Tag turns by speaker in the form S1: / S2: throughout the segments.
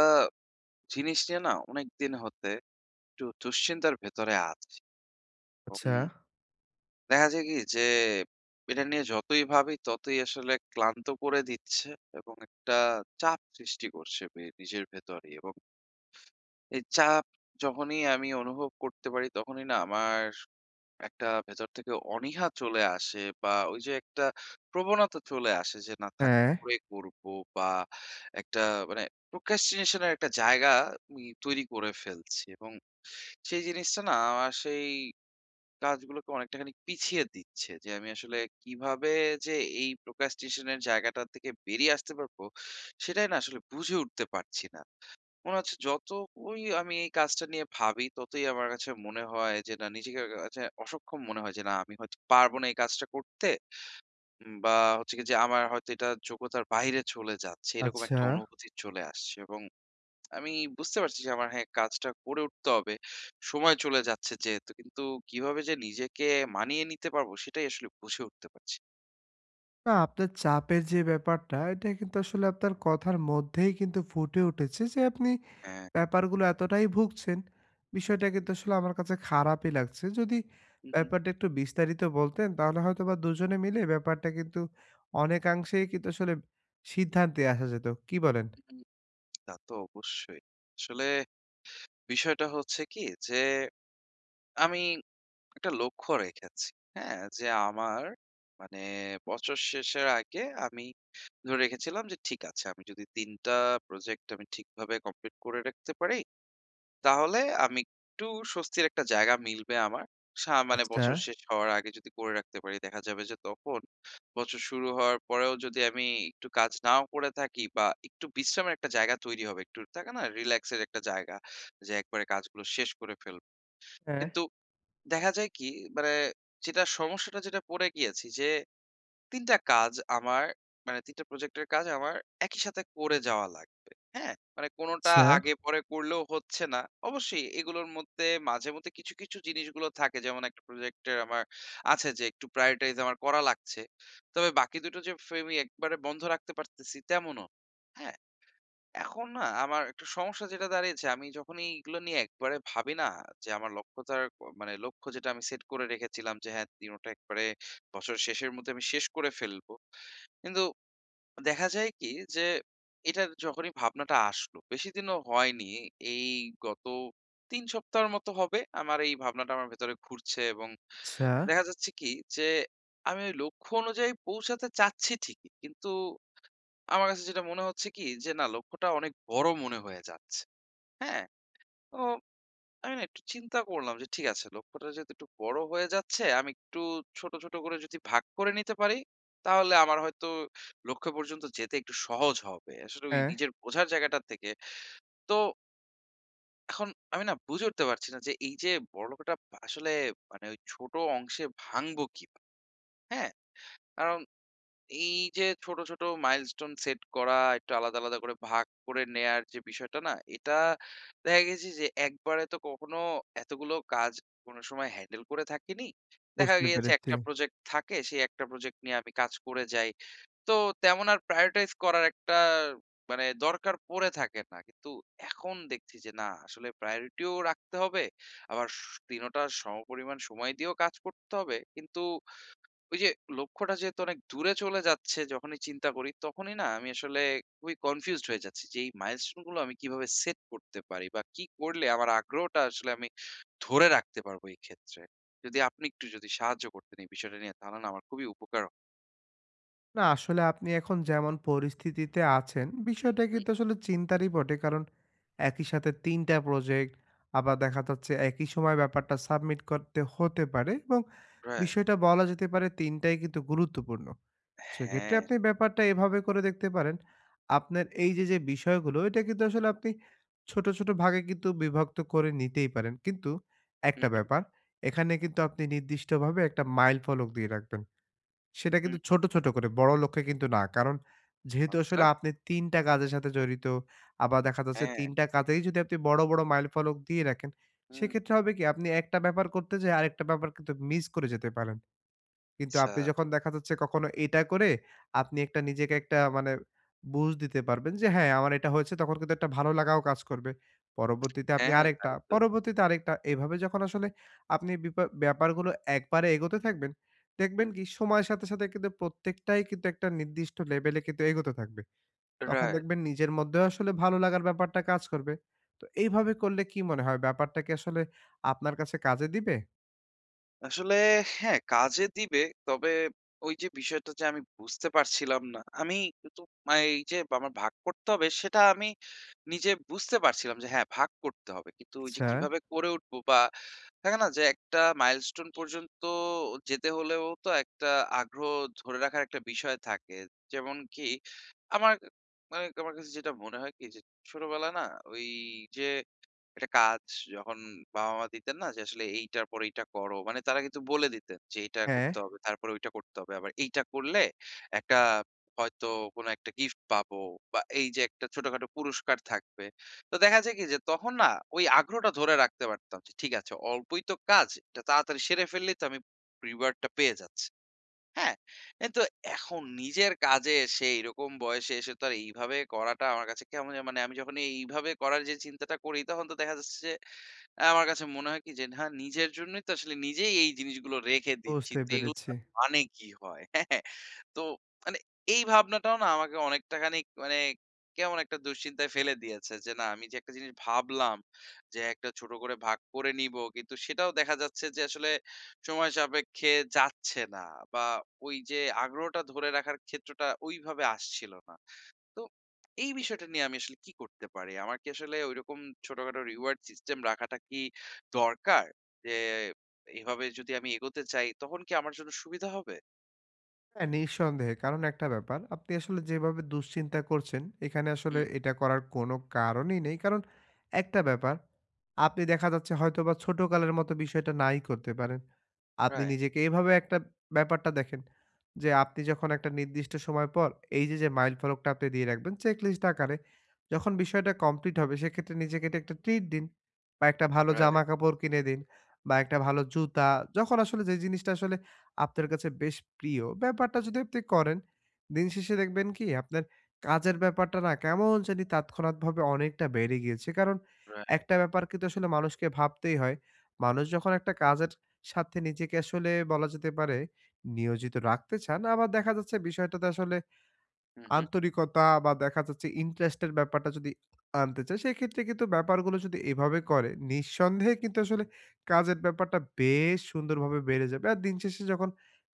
S1: আ জিনিস নিয়ে না অনেকদিন হতে একটু দুশ্চিন্তার ভেতরে আছি। এবং
S2: আচ্ছা,
S1: দেখা যায় কি যে এটা নিয়ে যতই ভাবি ততই আসলে ক্লান্ত করে দিচ্ছে এবং একটা চাপ সৃষ্টি করছে নিজের ভেতরে। এবং এই চাপ যখনই আমি অনুভব করতে পারি তখনই না আমার একটা ভেতর থেকে অনীহা চলে আসে বা ওই যে একটা প্রবণতা চলে আসে যে না থাক,
S2: হ্যাঁ,
S1: পরে করবো। বা একটা মানে প্রোক্রাস্টিনেশনের একটা জায়গা আমি তৈরি করে ফেলছি এবং সেই জিনিসটা না আমার সেই কাজগুলোকে অনেকটাখানি পিছিয়ে দিচ্ছে। যে আমি আসলে কিভাবে যে এই procrastination এর জায়গাটা থেকে বেরিয়ে আসতে পারবো, সেটাই না আসলে বুঝে উঠতে পারছি না। মনে হচ্ছে যতই আমি এই কাজটা নিয়ে ভাবি, ততই আমার কাছে মনে হয় যে না নিজেকে কাছে অসক্ষম মনে হয় যে না আমি হয়তো পারবো না এই কাজটা করতে। বা হচ্ছে গিয়ে যে আমার হয়তো এটা যোগ্যতার বাইরে চলে যাচ্ছে। এরকম
S2: আচ্ছা।
S1: একটা অনুভূতি চলে আসছে এবং আমি বুঝতে পারছি যে আমার হ্যাঁ, কাজটা করে উঠতে হবে। সময় চলে যাচ্ছে যেহেতু। কিন্তু কিভাবে যে নিজেকে মানিয়ে নিতে পারবো সেটাই আসলে বুঝে উঠতে পারছি না।
S2: না আপনার চাপের যে ব্যাপারটা, এটা কিন্তু আসলে আপনার কথার মধ্যেই কিন্তু ফুটে উঠেছে যে আপনি
S1: হ্যাঁ।
S2: ব্যাপারগুলো এতটাই ভুগছেন। বিষয়টা কিন্তু আসলে আমার কাছে খারাপই লাগছে। যদি
S1: হু, হু,
S2: ব্যাপারটা একটু বিস্তারিত বলতেন, তাহলে হয়তোবা দুজনে মিলে ব্যাপারটা কিন্তু অনেকাংশেই কিন্তু আসলে সিদ্ধান্তে আসা যেত। কি বলেন?
S1: হু, তা তো অবশ্যই। আসলে বিষয়টা হচ্ছে কি যে আমি একটা লক্ষ্য রেখেছি। হ্যাঁ? যে আমার মানে বছর শেষের আগে আমি ধরে রেখেছিলাম যে ঠিক আছে আমি যদি ৩ টা প্রজেক্ট আমি ঠিকভাবে কমপ্লিট করে রাখতে পারি তাহলে আমি একটু স্বস্তির একটা জায়গা মিলবে আমার। মানে
S2: আচ্ছা,
S1: বছর শেষ হওয়ার আগে যদি করে রাখতে পারি, দেখা যাবে যে তখন বছর শুরু হওয়ার পরেও যদি আমি একটু কাজ নাও করে থাকি বা একটু বিশ্রামের একটা জায়গা তৈরি হবে। একটু থাকে না রিল্যাক্স এর একটা জায়গা, যে একবারে কাজগুলো শেষ করে ফেলব।
S2: হ্যাঁ,
S1: কিন্তু দেখা যায় কি, মানে যেটা সমস্যাটা যেটা পড়ে গিয়েছি যে ৩ টা কাজ আমার মানে ৩ টা প্রজেক্টের কাজ আমার একই সাথে করে যাওয়া লাগবে। হ্যাঁ? মানে কোনটা
S2: আচ্ছা।
S1: আগে পরে করলেও হচ্ছে না। অবশ্যই এগুলোর মধ্যে মাঝেমধ্যে কিছু, কিছু জিনিসগুলো থাকে যেমন একটা প্রজেক্টের আমার আছে যে একটু prioritize আমার করা লাগছে। তবে বাকি দুটো যে ফেমি একবারে বন্ধ রাখতে পারতেছি তেমনও না। হ্যাঁ? এখন না আমার একটা সমস্যা যেটা দাঁড়িয়েছে, আমি যখনই এগুলো নিয়ে একবারে ভাবি না যে আমার লক্ষ্যতার মানে লক্ষ্য যেটা আমি সেট করে রেখেছিলাম যে হ্যাঁ, দিনোটা একবারে বছরের শেষের মধ্যে আমি শেষ করে ফেলবো। কিন্তু দেখা যায় কি যে এটার যখনই ভাবনাটা আসলো, বেশিদিনও হয়নি। এই গত ৩ সপ্তাহের মতো হবে আমার এই ভাবনাটা আমার ভেতরে ঘুরছে এবং
S2: আচ্ছা,
S1: দেখা যাচ্ছে কি যে আমি ওই লক্ষ্য অনুযায়ী পৌঁছাতে চাচ্ছি ঠিকই। কিন্তু আমার কাছে যেটা মনে হচ্ছে কি যে না লক্ষ্যটা অনেক বড় মনে হয়ে যাচ্ছে। হ্যাঁ? তো আমি না একটু চিন্তা করলাম যে ঠিক আছে লক্ষ্যটা যেহেতু একটু বড় হয়ে যাচ্ছে আমি একটু ছোট, ছোট করে যদি ভাগ করে নিতে পারি তাহলে আমার হয়তো লক্ষ্য পর্যন্ত যেতে একটু সহজ হবে। আসলে ওই
S2: হ্যাঁ।
S1: নিজের বোঝার জায়গাটা থেকে। তো এখন আমি না বুঝে উঠতে পারছি না যে এই যে বড় লক্ষ্যটা আসলে মানে ওই ছোট অংশে ভাঙবো কিভাবে? হ্যাঁ? কারণ এই যে ছোট, ছোট মাইলস্টোন সেট করা, একটু আলাদা, আলাদা করে ভাগ করে নেয়ার যে বিষয়টা না? এটা দেখা গেছে যে একবারে তো কখনো এতগুলো কাজ কোনো সময় হ্যান্ডেল করে থাকিনি। দেখা
S2: বুঝতে
S1: গিয়েছে
S2: পেরেছি।
S1: একটা প্রজেক্ট থাকে, সেই একটা প্রজেক্ট নিয়ে আমি কাজ করে যাই। তো তেমন আর prioritize করার একটা মানে দরকার পড়ে থাকে না। কিন্তু এখন দেখছি যে না আসলে priority ও রাখতে হবে, আবার ৩ টা সমপরিমাণ সময় দিয়েও কাজ করতে হবে। কিন্তু ওই যে লক্ষ্যটা যেহেতু অনেক দূরে চলে যাচ্ছে যখনই চিন্তা করি তখনই না আমি আসলে খুবই কনফিউজড হয়ে যাচ্ছি যে এই মাইলস্টোন গুলো আমি কিভাবে সেট করতে পারি বা কি করলে আমার আগ্রহটা আসলে আমি ধরে রাখতে পারবো এই ক্ষেত্রে, যদি আপনি একটু যদি সাহায্য করতেন এই বিষয়টা নিয়ে তাহলে না আমার খুবই উপকার হয়।
S2: না আসলে আপনি এখন যেমন পরিস্থিতিতে আছেন বিষয়টা
S1: হুম,
S2: কিন্তু আসলে চিন্তারই বটে কারণ একই সাথে তিনটা প্রজেক্ট আবার দেখা যাচ্ছে একই সময় ব্যাপারটা সাবমিট করতে হতে পারে এবং
S1: right.
S2: বিষয়টা বলা যেতে পারে তিনটাই কিন্তু গুরুত্বপূর্ণ সেক্ষেত্রে
S1: হ্যাঁ।
S2: আপনি ব্যাপারটা এভাবে করে দেখতে পারেন। আপনার এই যে যে বিষয়গুলো এটা কিন্তু আসলে আপনি ছোট ছোট ভাগে কিন্তু বিভক্ত করে নিতেই পারেন, কিন্তু
S1: হুম,
S2: একটা
S1: হুম,
S2: ব্যাপার, এখানে কিন্তু আপনি নির্দিষ্টভাবে একটা মাইল ফলক দিয়ে রাখবেন। সেটা
S1: হুম,
S2: কিন্তু
S1: হুম।
S2: ছোট, ছোট করে বড় লক্ষ্যে কিন্তু না। কারণ যেহেতু
S1: আচ্ছা।
S2: আসলে আপনি ৩ টা কাজের সাথে জড়িত, আবার দেখা যাচ্ছে
S1: হ্যাঁ।
S2: ৩ টা কাজেই যদি আপনি বড়, বড় মাইলফলক দিয়ে রাখেন,
S1: হুম,
S2: সেক্ষেত্রে হবে কি আপনি একটা ব্যাপার করতে যেয়ে আরেকটা ব্যাপার কিন্তু মিস করে যেতে পারেন। কিন্তু
S1: আচ্ছা।
S2: আপনি যখন দেখা যাচ্ছে কখনো এটা করে আপনি একটা নিজেকে একটা মানে বুঝ দিতে পারবেন যে হ্যাঁ, আমার এটা হয়েছে তখন কিন্তু একটা ভালো লাগাও কাজ করবে। পরবর্তীতে আপনি
S1: হ্যাঁ,
S2: আরেকটা,
S1: তাই তো।
S2: পরবর্তীতে আরেকটা। এভাবে যখন আসলে আপনি ব্যাপারগুলো একবারে এগোতে থাকবেন, দেখবেন কি সময়ের সাথে, সাথে কিন্তু প্রত্যেকটাই কিন্তু একটা নির্দিষ্ট লেভেলে কিন্তু এগোতে থাকবে। তখন
S1: রাইট।
S2: দেখবেন নিজের মধ্যেও আসলে ভালো লাগার ব্যাপারটা কাজ করবে। তো এইভাবে করলে কি মনে হয় ব্যাপারটা কি আসলে আপনার কাছে কাজে দিবে?
S1: আসলে হ্যাঁ, কাজে দিবে। তবে ওই যে বিষয়টা যে আমি বুঝতে পারছিলাম না। আমি কিন্তু এই যে আমার ভাগ করতে হবে সেটা আমি নিজে বুঝতে পারছিলাম যে হ্যাঁ, ভাগ করতে হবে। কিন্তু ওই যে
S2: আচ্ছা।
S1: কিভাবে করে উঠবো বা থাকে না যে একটা মাইলস্টোন পর্যন্ত যেতে হলেও তো একটা আগ্রহ ধরে রাখার একটা বিষয় থাকে। যেমন কি আমার মানে আমার কাছে যেটা মনে হয় কি যে ছোটবেলা না ওই যে একটা কাজ যখন বাবা-মা দিতেন না যে আসলে এইটার পর এইটা করো। মানে তারা কিন্তু বলে দিতেন যে এটা
S2: হ্যাঁ,
S1: করতে হবে, তারপরে ওইটা করতে হবে। আবার এইটা করলে একটা হয়তো কোনো একটা গিফট পাবো বা এই যে একটা ছোটখাটো পুরস্কার থাকবে। তো দেখা যায় কি যে তখন না ওই আগ্রহটা ধরে রাখতে পারতাম যে ঠিক আছে অল্পই তো কাজ, এটা তাড়াতাড়ি সেরে ফেললেই তো আমি রিওয়ার্ড টা পেয়ে যাচ্ছি। হ্যাঁ, কিন্তু এখন নিজের কাজে এসে এরকম বয়সে এসে তো আর এইভাবে করাটা আমার কাছে কেমন জানি মানে আমি যখন এইভাবে করার যে চিন্তাটা করি তখন তো দেখা যাচ্ছে যে, আমার কাছে মনে হয় কি যে না নিজের জন্যই তো আসলে নিজেই এই জিনিসগুলো রেখে দিচ্ছি।
S2: বুঝতে
S1: তো এগুলো
S2: পেরেছি।
S1: মানে কি হয়? হ্যাঁ? তো মানে এই ভাবনাটাও না আমাকে অনেকটা খানিক মানে কেমন একটা দুশ্চিন্তায় ফেলে দিয়েছে। যে না আমি যে একটা জিনিস ভাবলাম যে একটা ছোট করে ভাগ করে নিবো। কিন্তু সেটাও দেখা যাচ্ছে যে আসলে সময় সাপেক্ষে যাচ্ছে না। বা ওই যে আগ্রহটা ধরে রাখার ক্ষেত্রটা ওইভাবে আসছিল না। তো এই বিষয়টা নিয়ে আমি আসলে কি করতে পারি? আমার কি আসলে ঐরকম ছোটখাটো রিওয়ার্ড সিস্টেম রাখাটা কি দরকার? যে এভাবে যদি আমি এগোতে চাই তখন কি আমার জন্য সুবিধা হবে?
S2: হ্যাঁ, নিঃসন্দেহে। কারণ একটা ব্যাপার, আপনি আসলে যেভাবে দুশ্চিন্তা করছেন, এখানে আসলে
S1: হুম, হুম।
S2: এটা করার কোনো কারণই নেই। কারণ একটা ব্যাপার, আপনি দেখা যাচ্ছে হয়তোবা ছোটকালের মতো বিষয়টা নাই করতে পারেন। আপনি
S1: রাইট,
S2: নিজেকে এভাবে একটা ব্যাপারটা দেখেন যে, আপনি যখন একটা নির্দিষ্ট সময় পর এই যে, যে, মাইল ফলকটা আপনি দিয়ে রাখবেন চেকলিস্ট আকারে, যখন বিষয়টা কমপ্লিট হবে সেক্ষেত্রে নিজেকে এটা একটা ট্রিট দিন বা একটা ভালো জামা
S1: রাইট,
S2: কাপড় কিনে দিন বা একটা ভালো জুতা, যখন আসলে যে, জিনিসটা আসলে আপনার কাছে বেশ প্রিয়, ব্যাপারটা যদি আপনি করেন, দিন শেষে দেখবেন কি আপনার কাজের ব্যাপারটা না কেমন জানি তাৎক্ষণাৎভাবে অনেকটা বেড়ে গিয়েছে। কারণ
S1: রাইট।
S2: একটা ব্যাপার কিন্তু আসলে মানুষকে ভাবতেই হয়। মানুষ যখন একটা কাজের সাথে নিজেকে আসলে বলা যেতে পারে নিয়োজিত রাখতে চান, আবার দেখা যাচ্ছে বিষয়টাতে আসলে
S1: হুম, হুম।
S2: আন্তরিকতা বা দেখা যাচ্ছে ইন্টারেস্টের ব্যাপারটা যদি আনতে চায়, সেক্ষেত্রে কিন্তু ব্যাপারগুলো যদি এভাবে করে, নিঃসন্দেহে কিন্তু আসলে কাজের ব্যাপারটা বেশ সুন্দরভাবে বেড়ে যাবে। আর দিন শেষে যখন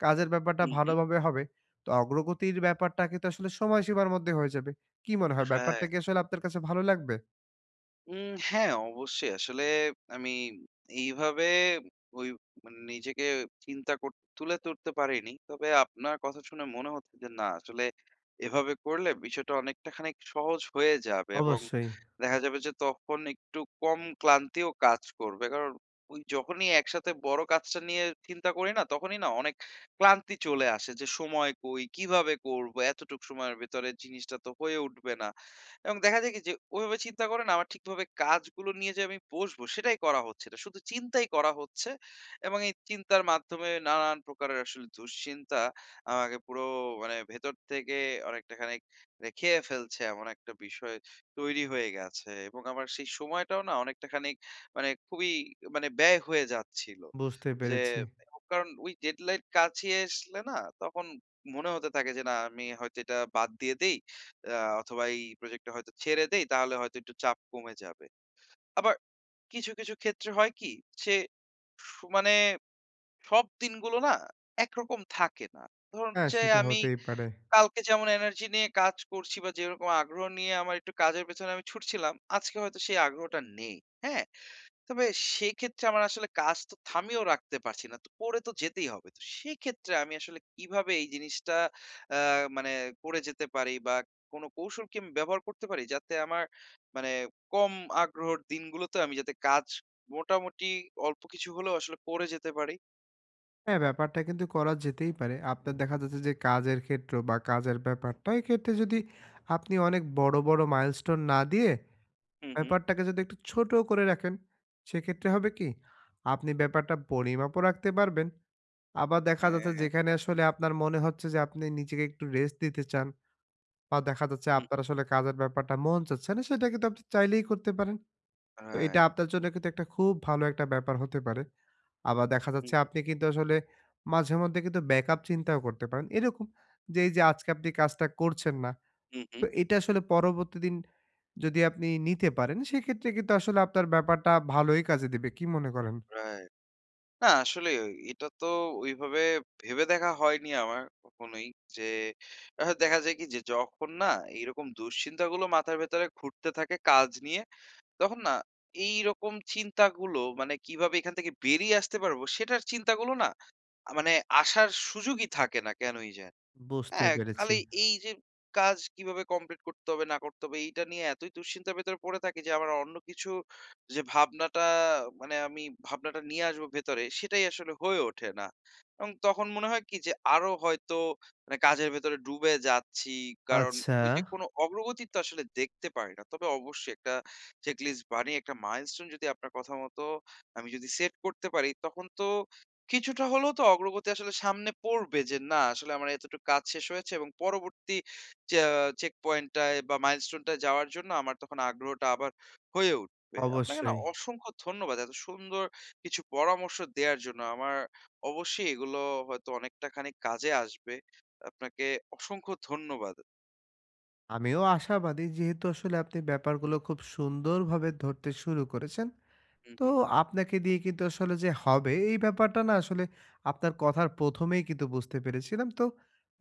S2: কাজের ব্যাপারটা
S1: হুম, হুম।
S2: ভালোভাবে হবে, তো অগ্রগতির ব্যাপারটা কিন্তু আসলে সময়সীমার মধ্যে হয়ে যাবে। কি মনে হয় ব্যাপারটা
S1: রাইট।
S2: কি আসলে আপনার কাছে ভালো লাগবে?
S1: হ্যাঁ, অবশ্যই। আসলে আমি এইভাবে ওই মানে নিজেকে চিন্তা কর তুলে ধরতে পারিনি। তবে আপনার কথা শুনে মনে হচ্ছে যে না আসলে এভাবে করলে বিষয়টা অনেকটা খানিক সহজ হয়ে যাবে এবং
S2: অবশ্যই,
S1: দেখা যাবে যে তখন একটু কম ক্লান্তিও কাজ করবে। কারণ ওই যখনই একসাথে বড় কাজটা নিয়ে চিন্তা করি না, তখনই না অনেক ক্লান্তি চলে আসে যে সময় কই, কিভাবে করব? এতটুক সময়ের ভেতরে জিনিসটা তো হয়ে উঠবে না। এবং দেখা যায় কি যে ওইভাবে চিন্তা করে না আমার ঠিকভাবে কাজগুলো নিয়ে যে আমি বসবো সেটাই করা হচ্ছে না। শুধু চিন্তাই করা হচ্ছে এবং এই চিন্তার মাধ্যমে নানান প্রকারের আসলে দুশ্চিন্তা আমাকে পুরো মানে ভেতর থেকে অনেকটা খানিক মানে খেয়ে ফেলছে এমন একটা বিষয় তৈরি হয়ে গেছে এবং আমার সেই সময়টাও না অনেকটা খানিক মানে খুবই মানে ব্যয় হয়ে যাচ্ছিল।
S2: বুঝতে
S1: যে
S2: পেরেছি।
S1: কারণ ওই ডেডলাইন কাছে আসলে না তখন মনে হতে থাকে যে না আমি হয়তো এটা বাদ দিয়ে দেই। আ অথবা এই প্রজেক্টটা হয়তো ছেড়ে দেই তাহলে হয়তো একটু চাপ কমে যাবে। আবার কিছু, কিছু ক্ষেত্রে হয় কি সে সু মানে সব দিনগুলো না একরকম থাকে না। ধরুন
S2: হ্যাঁ,
S1: যে
S2: সেটা
S1: আমি
S2: হতেই পারে।
S1: কালকে যেমন এনার্জি নিয়ে কাজ করছি বা যেরকম আগ্রহ নিয়ে আমার একটু কাজের পেছনে আমি ছুটছিলাম, আজকে হয়তো সেই আগ্রহটা নেই। হ্যাঁ? তবে সেক্ষেত্রে আমার আসলে কাজ তো থামিয়েও রাখতে পারছি না। তো করে তো যেতেই হবে। তো সেক্ষেত্রে আমি আসলে কিভাবে এই জিনিসটা আ মানে করে যেতে পারি বা কোনো কৌশল কি আমি ব্যবহার করতে পারি? যাতে আমার মানে কম আগ্রহের দিনগুলোতে আমি যাতে কাজ মোটামুটি অল্প কিছু হলেও আসলে করে যেতে পারি।
S2: হ্যাঁ, ব্যাপারটা কিন্তু করা যেতেই পারে। আপনার দেখা যাচ্ছে যে কাজের ক্ষেত্র বা কাজের ব্যাপারটা, এক্ষেত্রে যদি আপনি অনেক বড়, বড় মাইলস্টোন না দিয়ে
S1: হু, হু।
S2: ব্যাপারটাকে যদি একটু ছোট করে রাখেন, সেক্ষেত্রে হবে কি? আপনি ব্যাপারটা পরিমাপও রাখতে পারবেন। আবার দেখা যাচ্ছে
S1: হ্যাঁ।
S2: যেখানে আসলে আপনার মনে হচ্ছে যে আপনি নিজেকে একটু রেস্ট দিতে চান বা দেখা যাচ্ছে
S1: হু,
S2: আপনার
S1: হু।
S2: আসলে কাজের ব্যাপারটা মন চাচ্ছে না, সেটা কিন্তু আপনি চাইলেই করতে পারেন। তো এটা
S1: রাইট।
S2: আপনার জন্য কিন্তু একটা খুব ভালো একটা ব্যাপার হতে পারে। আবার দেখা
S1: হু,
S2: যাচ্ছে
S1: হু,
S2: আপনি কিন্তু আসলে মাঝেমধ্যে কিন্তু ব্যাকআপ চিন্তাও করতে পারেন। এরকম যে এই যে আজকে আপনি কাজটা করছেন না,
S1: হু, হু।
S2: তো এটা আসলে পরবর্তী দিন যদি আপনি নিতে পারেন সেক্ষেত্রে কিন্তু আসলে আপনার ব্যাপারটা ভালোই কাজে দিবে। কি মনে করেন?
S1: রাইট। না আসলে এটা তো ওইভাবে ভেবে দেখা হয়নি আমার কখনোই যে দেখা যায় কি যে যখন না এইরকম দুশ্চিন্তাগুলো মাথার ভেতরে ঘুরতে থাকে কাজ নিয়ে তখন না এইরকম চিন্তাগুলো মানে কিভাবে এখান থেকে বেরিয়ে আসতে পারবো সেটার চিন্তাগুলো না মানে আসার সুযোগই থাকে না কেনই যেন।
S2: বুঝতে
S1: হ্যাঁ,
S2: পেরেছি।
S1: খালি এই যে কাজ কিভাবে কমপ্লিট করতে হবে না করতে হবে এইটা নিয়ে এতই দুশ্চিন্তার ভেতরে পড়ে থাকি যে আমার অন্য কিছু যে ভাবনাটা মানে আমি ভাবনাটা নিয়ে আসবো ভেতরে সেটাই আসলে হয়ে ওঠে না। এবং তখন মনে হয় কি যে আরো হয়তো মানে কাজের ভেতরে ডুবে যাচ্ছি। কারণ
S2: আচ্ছা,
S1: ওই যে কোনো অগ্রগতি তো আসলে দেখতে পারি না। তবে অবশ্যই একটা চেকলিস্ট বানিয়ে একটা মাইলস্টোন যদি আপনার কথা মতো আমি যদি সেট করতে পারি তখন তো কিছুটা হলেও তো অগ্রগতি আসলে সামনে পড়বে যে, না আসলে আমার এতটুকু কাজ শেষ হয়েছে এবং পরবর্তী চে চেক পয়েন্টটায় বা মাইলস্টোনটায় যাওয়ার জন্য আমার তখন আগ্রহটা আবার হয়ে উঠবে। আপনাকে না
S2: অবশ্যই।
S1: অসংখ্য ধন্যবাদ। এত সুন্দর কিছু পরামর্শ দেয়ার জন্য। আমার অবশ্যই এগুলো হয়তো অনেকটা খানিক কাজে আসবে। আপনাকে অসংখ্য ধন্যবাদ।
S2: আমিও আশাবাদী যেহেতু আসলে আপনি ব্যাপারগুলো খুব সুন্দরভাবে ধরতে শুরু করেছেন
S1: হু,
S2: তো
S1: হু।
S2: আপনাকে দিয়ে কিন্তু আসলে যে হবে এই ব্যাপারটা না আসলে আপনার কথার প্রথমেই কিন্তু বুঝতে পেরেছিলাম। তো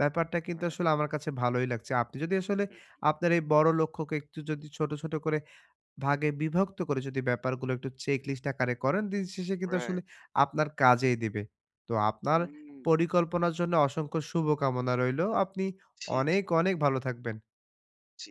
S2: ব্যাপারটা কিন্তু
S1: হ্যাঁ, রাইট।
S2: আসলে আমার কাছে ভালোই লাগছে। আপনি যদি আসলে
S1: হুম,
S2: আপনার এই বড় লক্ষ্যকে একটু যদি ছোট, ছোট করে ভাগে বিভক্ত করে যদি ব্যাপারগুলো একটু চেকলিস্ট আকারে করেন, দিন শেষে কিন্তু আসলে
S1: রাইট।
S2: আপনার কাজেই দিবে। তো আপনার
S1: হুম,
S2: পরিকল্পনার জন্য অসংখ্য শুভকামনা রইলো। আপনি
S1: জি, জি,
S2: অনেক, অনেক ভালো থাকবেন।
S1: জি।